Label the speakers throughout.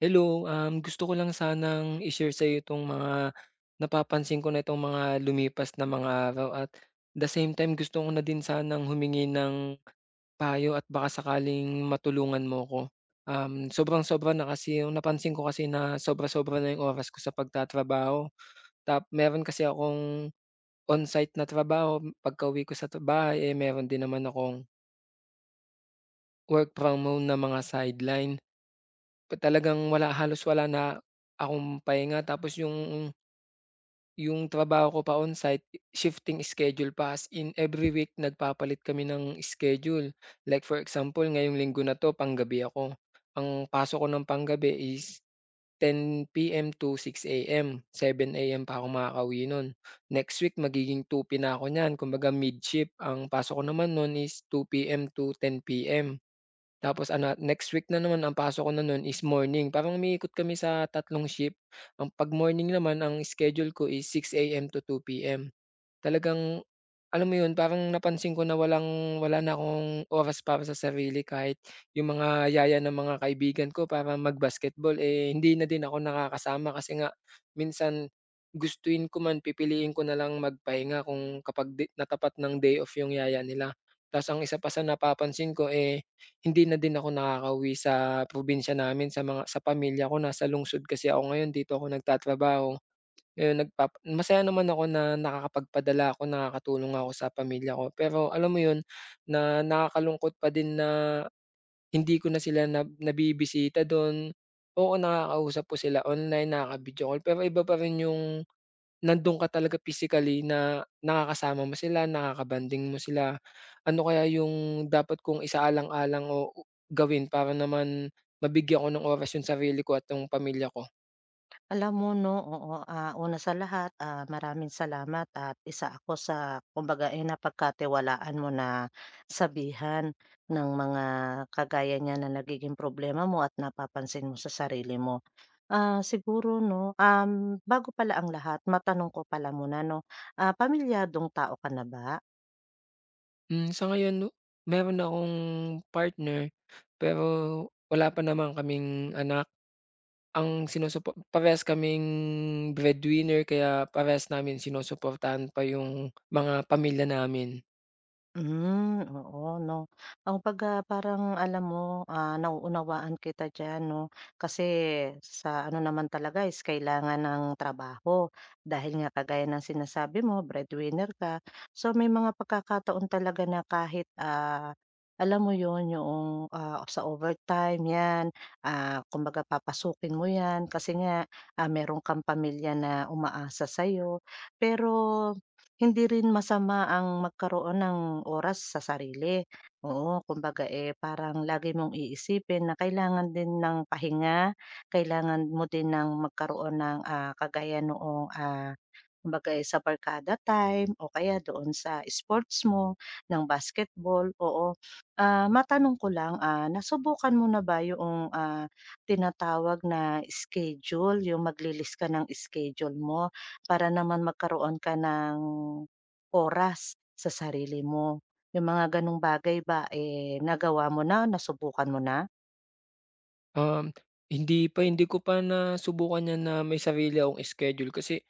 Speaker 1: Hello, gusto ko lang sanang i-share sa iyo itong mga napapansin ko na itong mga lumipas na mga araw at the same time gusto ko na din sanang humingi ng payo at baka sakaling matulungan mo ko. Sobrang-sobra na kasi yung napansin ko kasi na sobra-sobra na yung oras ko sa pagtatrabaho. Meron kasi akong on-site na trabaho, pagka-uwi ko sa bahay, eh, meron din naman akong work from home na mga sideline. Talagang halos wala na akong pahinga, tapos yung trabaho ko pa on-site shifting schedule pa, as in every week nagpapalit kami ng schedule. Like for example ngayong linggo na 'to, panggabi ako. Ang pasok ko ng panggabi is 10:00 PM to 6:00 AM, 7:00 AM pa ako makakauwi nun. Next week magiging 2P na ako niyan, kumbaga mid-shift, ang pasok ko naman nun is 2:00 PM to 10:00 PM. Tapos ano, next week na naman ang pasok ko na nun is morning. Parang umiikot kami sa tatlong shift. Ang 'pag morning naman ang schedule ko is 6 AM to 2 PM. Talagang alam mo 'yun, parang napansin ko na walang wala na akong oras para sa sarili, kahit yung mga yaya ng mga kaibigan ko para mag-basketball, eh, hindi na din ako nakakasama kasi nga minsan gustuin ko man, pipiliin ko na lang magpahinga kung kapag di natapat ng day off yung yaya nila. Ta's ang isa pa sa napapansin ko, eh, hindi na din ako nakakauwi sa probinsya namin, sa mga sa pamilya ko. Nasa lungsod kasi ako ngayon, dito ako nagtatrabaho. Ngayon masaya naman ako na nakakapagpadala ako, nakakatulong ako sa pamilya ko. Pero alam mo 'yun, na nakakalungkot pa din na hindi ko na sila na nabibisita do'n. Oo, nakakausap ko sila online, nakaka-video call, pero iba pa rin yung nando'n ka talaga physically na nakakasama mo sila, nakaka mo sila. Ano kaya yung dapat kong isaalang-alang o gawin para naman mabigyan ko ng oras yung sarili ko at yung pamilya ko?
Speaker 2: Alam mo 'no, oo, una sa lahat, maraming salamat at isa ako sa kumbaga, eh, napagkatiwalaan mo na sabihan ng mga kagaya niyan na nagiging problema mo at napapansin mo sa sarili mo. Siguro 'no, bago pala ang lahat matanong ko pala muna 'no, pamilyadong tao ka na ba?
Speaker 1: Hmm, sa ngayon no, meron akong partner, pero wala pa naman kaming anak. Ang sinusupo parehas kaming breadwinner, kaya parehas namin sinusuportahan pa yung mga pamilya namin.
Speaker 2: Hmm, oo 'no. Ang kumbaga parang alam mo, nauunawaan kita diyan 'no, kasi sa ano naman talaga is kailangan ng trabaho. Dahil nga kagaya ng sinasabi mo breadwinner ka, so may mga pagkakataon talaga na kahit, alam mo 'yun, yung sa overtime 'yan, kumbaga papasukin mo 'yan kasi nga, meron kang pamilya na umaasa sa iyo. Pero hindi rin masama ang magkaroon ng oras sa sarili, oo. Kumbaga, eh, parang lagi mong iisipin na kailangan din ng pahinga, kailangan mo din ng magkaroon ng, kagaya noong, ah, kumbaga, eh, sa barkada time o kaya doon sa sports mo ng basketball, oo. Matanong ko lang, nasubukan mo na ba yung tinatawag na schedule, yung magli ka ng schedule mo para naman magkaroon ka ng oras sa sarili mo? Yung mga gano'ng bagay ba, eh, nagawa mo na, nasubukan mo na?
Speaker 1: Um, hindi ko pa nasubukan 'yan na may sarili akong schedule kasi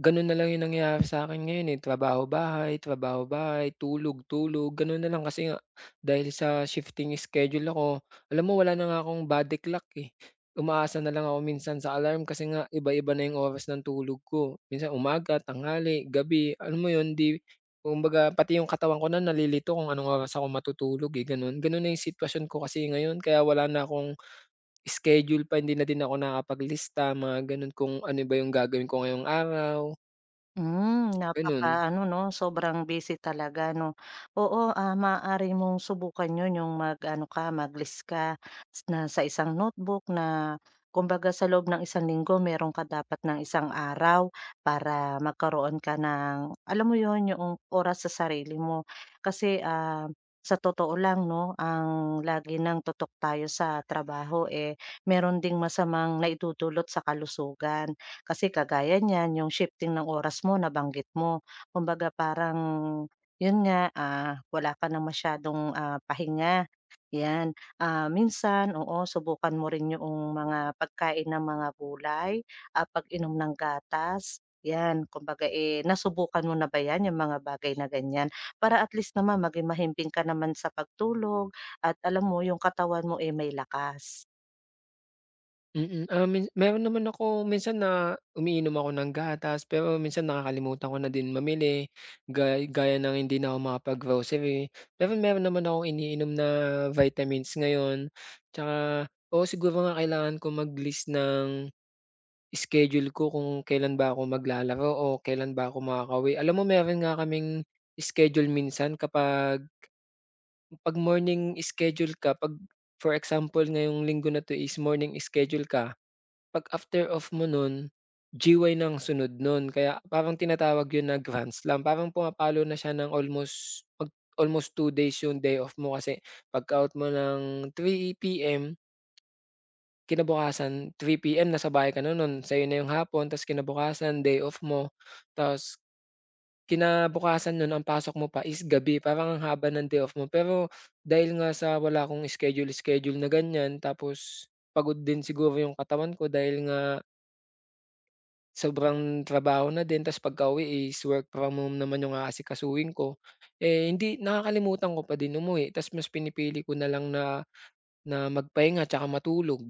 Speaker 1: gano'n na lang 'yung nangyayari sa'kin ngayon, eh, trabaho, bahay, tulog, tulog, gano'n na lang. Kasi nga dahil sa shifting schedule ako, alam mo wala na nga akong body clock, eh. Umaasa na lang ako minsan sa alarm kasi nga iba-iba na 'yung oras ng tulog ko. Minsan umaga, tanghali, gabi, alam mo 'yun, 'di kumbaga pati 'yung katawan ko na nalilito kung anong oras ako matutulog, eh, gano'n. Gano'n na 'yung sitwasyon ko kasi ngayon, kaya wala na akong schedule pa, hindi na din ako nakakapaglista, mga gano'n, kung ano ba 'yung gagawin ko ngayong araw.
Speaker 2: Hmm,
Speaker 1: Gano'n.
Speaker 2: ano 'no, sobrang busy talaga 'no. Oo, maaari mong subukan 'yun, yung mag-ano ka, mag-list ka na sa isang notebook na kumbaga sa loob ng isang linggo meron ka dapat ng isang araw para magkaroon ka ng alam mo 'yun, yung oras sa sarili mo. Kasi, sa totoo lang 'no, ang lagi ng tutok tayo sa trabaho, eh, meron ding masamang naidudulot sa kalusugan. Kasi kagaya niyan, yung shifting ng oras mo nabanggit mo. Kumbaga parang, yun nga, wala ka ng masyadong, pahinga, 'yan. Minsan, oo, subukan mo rin yung mga pagkain ng mga gulay, pag-inom ng gatas, 'yan. Kumbaga, eh, nasubukan mo na ba 'yan, yung mga bagay na ganyan? Para at least naman maging mahimping ka naman sa pagtulog at alam mo yung katawan mo, eh, may lakas.
Speaker 1: Mm. Ah, meron naman ako minsan na umiinom ako ng gatas, pero minsan nakakalimutan ko na din mamili, gaya ng hindi na ako makapag-grocery. Pero meron naman akong iniinom na vitamins ngayon, tsaka oo, siguro nga kailangan ko mag-list ng schedule ko kung kailan ba ako maglalaro o kailan ba ako makakauwi. Alam mo meron nga kaming schedule minsan kapag 'pag morning schedule ka, 'pag for example ngayong linggo na 'to is morning schedule ka, 'pag after off mo nun, GY ng sunod nun, kaya parang tinatawag yun na grand slam, parang pumapalo na siya ng almost 2 days yung day off mo kasi pag out mo ng 3 PM, kinabukasan 3 PM nasa bahay ka na nun, sa'yo na yung hapon, ta's kinabukasan day off mo, ta's kinabukasan nun ang pasok mo pa is gabi, parang ang haba ng day off mo, pero dahil nga sa wala akong schedule-schedule na ganyan, tapos pagod din siguro yung katawan ko, dahil nga sobrang trabaho na din, ta's pagkauwi is work from home naman yung aasikasuhin ko. Eh, hindi, nakakalimutan ko pa din umuwi, ta's mas pinipili ko na lang na na magpahinga tsaka matulog.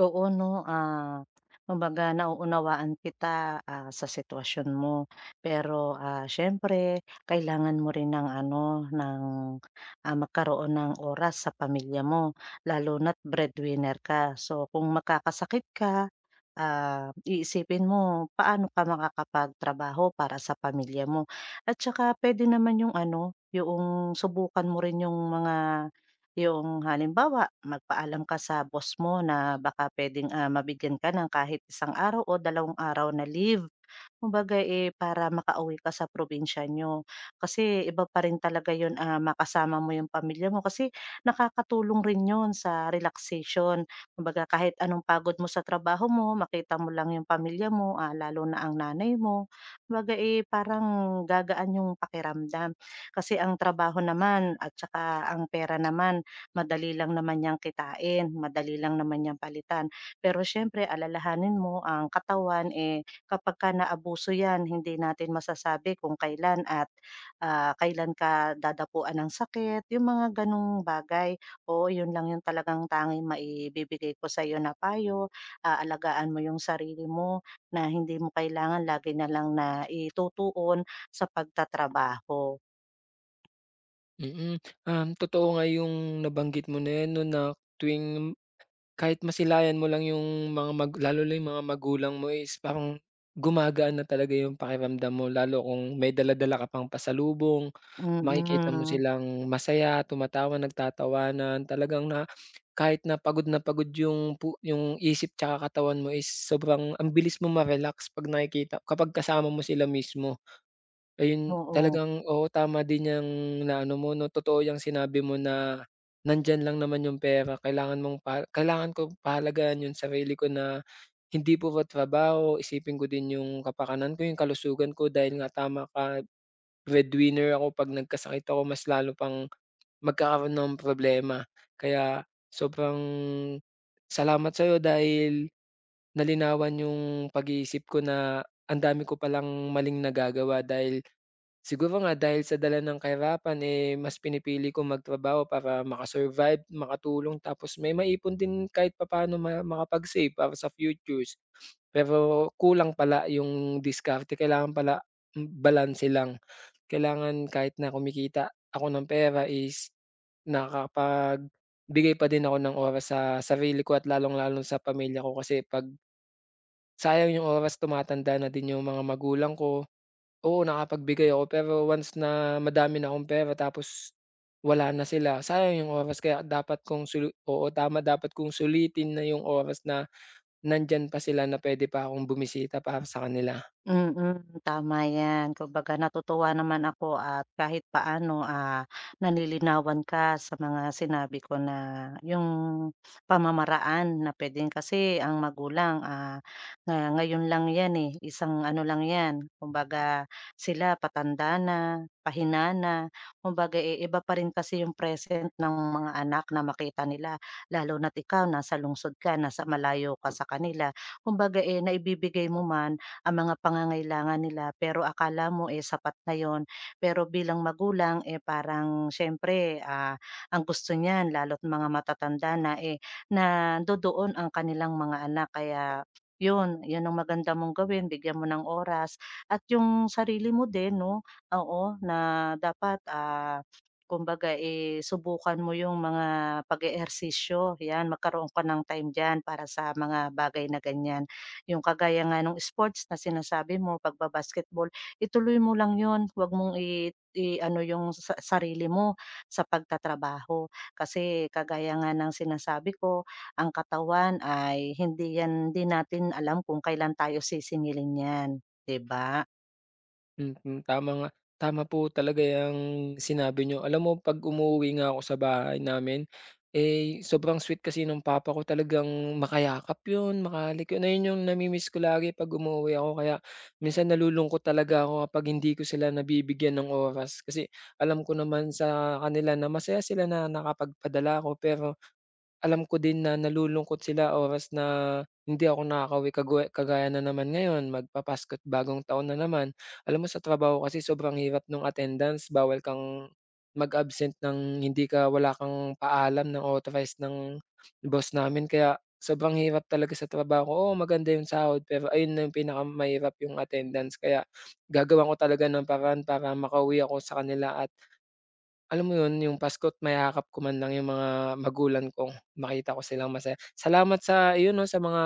Speaker 2: Oo 'no, kumbaga nauunawaan kita, sa sitwasyon mo. Pero, siyempre kailangan mo rin ng ano, ng, magkaroon ng oras sa pamilya mo lalo na't breadwinner ka. So kung makakasakit ka, iisipin mo paano ka makakapagtrabaho para sa pamilya mo. At saka pwede naman yung ano, yung subukan mo rin yung mga yung halimbawa, magpaalam ka sa boss mo na baka puwedeng, mabigyan ka ng kahit isang araw o dalawang araw na leave. Kumbaga, eh, para makauwi ka sa probinsya niyo. Kasi iba pa rin talaga 'yun, makasama mo yung pamilya mo kasi nakakatulong rin 'yun sa relaxation. Kumbaga, kahit anong pagod mo sa trabaho mo, makita mo lang yung pamilya mo, lalo na ang nanay mo. Kumbaga, eh, parang gagaan yung pakiramdam. Kasi ang trabaho naman at saka ang pera naman madali lang naman niyang kitain, madali lang naman niyang palitan. Pero siyempre alalahanin mo ang katawan, eh, kapag kapagka naabuso 'yan hindi natin masasabi kung kailan at, kailan ka dadapuan ng sakit, yung mga gano'ng bagay. Oo, yun lang yung talagang tanging maibibigay ko sa sa'yo na payo, alagaan mo yung sarili mo na hindi mo kailangan lagi na lang na itutuon sa pagtatrabaho.
Speaker 1: Mm. Totoo nga yung nabanggit mo na 'yan 'no, na tuwing kahit masilayan mo lang yung mga lalo na yung mga magulang mo is parang gumagaan na talaga yung pakiramdam mo, lalo kung may dala-dala ka pang pasalubong, makikita mo
Speaker 2: Mm,
Speaker 1: silang masaya, tumatawa, nagtatawanan, talagang na kahit na pagod yung yung isip 'tsaka katawan mo is sobrang ang bilis mong ma-relax 'pag kapag kasama mo sila mismo. Ayun,
Speaker 2: oo.
Speaker 1: talagang oo, tama din yang naano mo 'no, totoo yang sinabi mo na nandiyan lang naman yung pera, kailangan mong pa kailangan kong pahalagahan yung sarili ko na hindi puro trabaho, isipin ko din yung kapakanan ko, yung kalusugan ko dahil nga tama ka, breadwinner ako, 'pag nagkasakit ako mas lalo pang magkakaroon ng problema. Kaya sobrang salamat sa'yo dahil nalinawan yung pag-iisip ko na ang dami ko palang maling nagagawa dahil siguro nga dahil sa dala ng kahirapan, eh, mas pinipili kong magtrabaho para maka-survive, makatulong, tapos may maipon din kahit papaano makapag-save para sa futures. Pero kulang pala yung diskarte, kailangan pala, mm, balanse lang. Kailangan kahit na kumikita ako ng pera is nakakapagbigay pa din ako ng oras sa sarili ko at lalong-lalo sa pamilya ko kasi 'pag sayang yung oras, tumatanda na din yung mga magulang ko. Oo, nakapagbigay ako pero once na madami na akong pera tapos wala na sila, sayang yung oras, kaya dapat kong oo, tama, dapat kong sulitin na yung oras na nandiyan pa sila na pwede pa akong bumisita para sa kanila.
Speaker 2: Mm, tama 'yan. Kumbaga natutuwa naman ako at kahit paano, nalilinawan ka sa mga sinabi ko na yung pamamaraan na puwedeng kasi ang magulang, nga ngayon lang 'yan, eh, isang ano lang 'yan, kumbaga sila patanda na, pahina na. Kumbaga, eh, iba pa rin kasi yung present ng mga anak na makita nila lalo na't ikaw nasa lungsod ka, nasa malayo ka sa kanila. Kumbaga, eh, naibibigay mo man ang mga pangangailangan nila pero akala mo, eh, sapat na yon. Pero bilang magulang, eh, parang siyempre, ang gusto niyan lalo't mga matatanda na, eh, na nandodoon ang kanilang mga anak kaya yun, yun ang maganda mong gawin bigyan mo ng oras at yung sarili mo din 'no, oo, na dapat, kumbaga, eh, subukan mo yung mga pag-eehersisyo, yan magkaroon ka ng time diyan para sa mga bagay na ganyan. Yung kagaya nga nung sports na sinasabi mo, pagba-basketball, ituloy mo lang yun, huwag mong i i-ano yung sa sarili mo sa pagtatrabaho. Kasi kagaya nga ng sinasabi ko, ang katawan ay hindi natin alam kung kailan tayo sisingilin yan, 'di ba?
Speaker 1: Mm, tama nga. Tama po talaga yung sinabi niyo. Alam mo 'pag umuwi nga ako sa bahay namin, eh, sobrang sweet kasi nung papa ko, talagang makayakap 'yun, makahalik 'yun. Ayun yung nami-miss ko lagi 'pag umuwi ako, kaya minsan nalulungkot talaga ako kapag hindi ko sila nabibigyan ng oras. Kasi alam ko naman sa kanila na masaya sila na nakapagpadala ako pero alam ko din na nalulungkot sila oras na hindi ako nakakauwi, kagaya na naman ngayon, magpapasko't bagong taon na naman. Alam mo sa trabaho kasi sobrang hirap nung attendance, bawal kang mag-absent ng hindi ka wala kang paalam, ng authorized ng boss namin, kaya sobrang hirap talaga sa trabaho ko. Oo, maganda yung sahod pero ayun na yung pinakamahirap, yung attendance, kaya gagawan ko talaga ng paraan para makauwi ako sa kanila at alam mo yun, yung Pasko't mayakap ko man lang yung mga magulang ko, makita ko silang masaya. Salamat sa iyon 'no, sa mga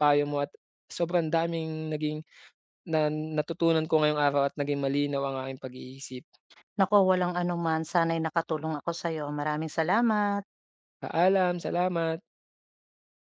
Speaker 1: payo mo at sobrang daming na natutunan ko ngayong araw at naging malinaw ang aking pag-iisip.
Speaker 2: Naku, walang anuman, sana'y nakatulong ako sa'yo. Maraming salamat.
Speaker 1: Paalam, salamat.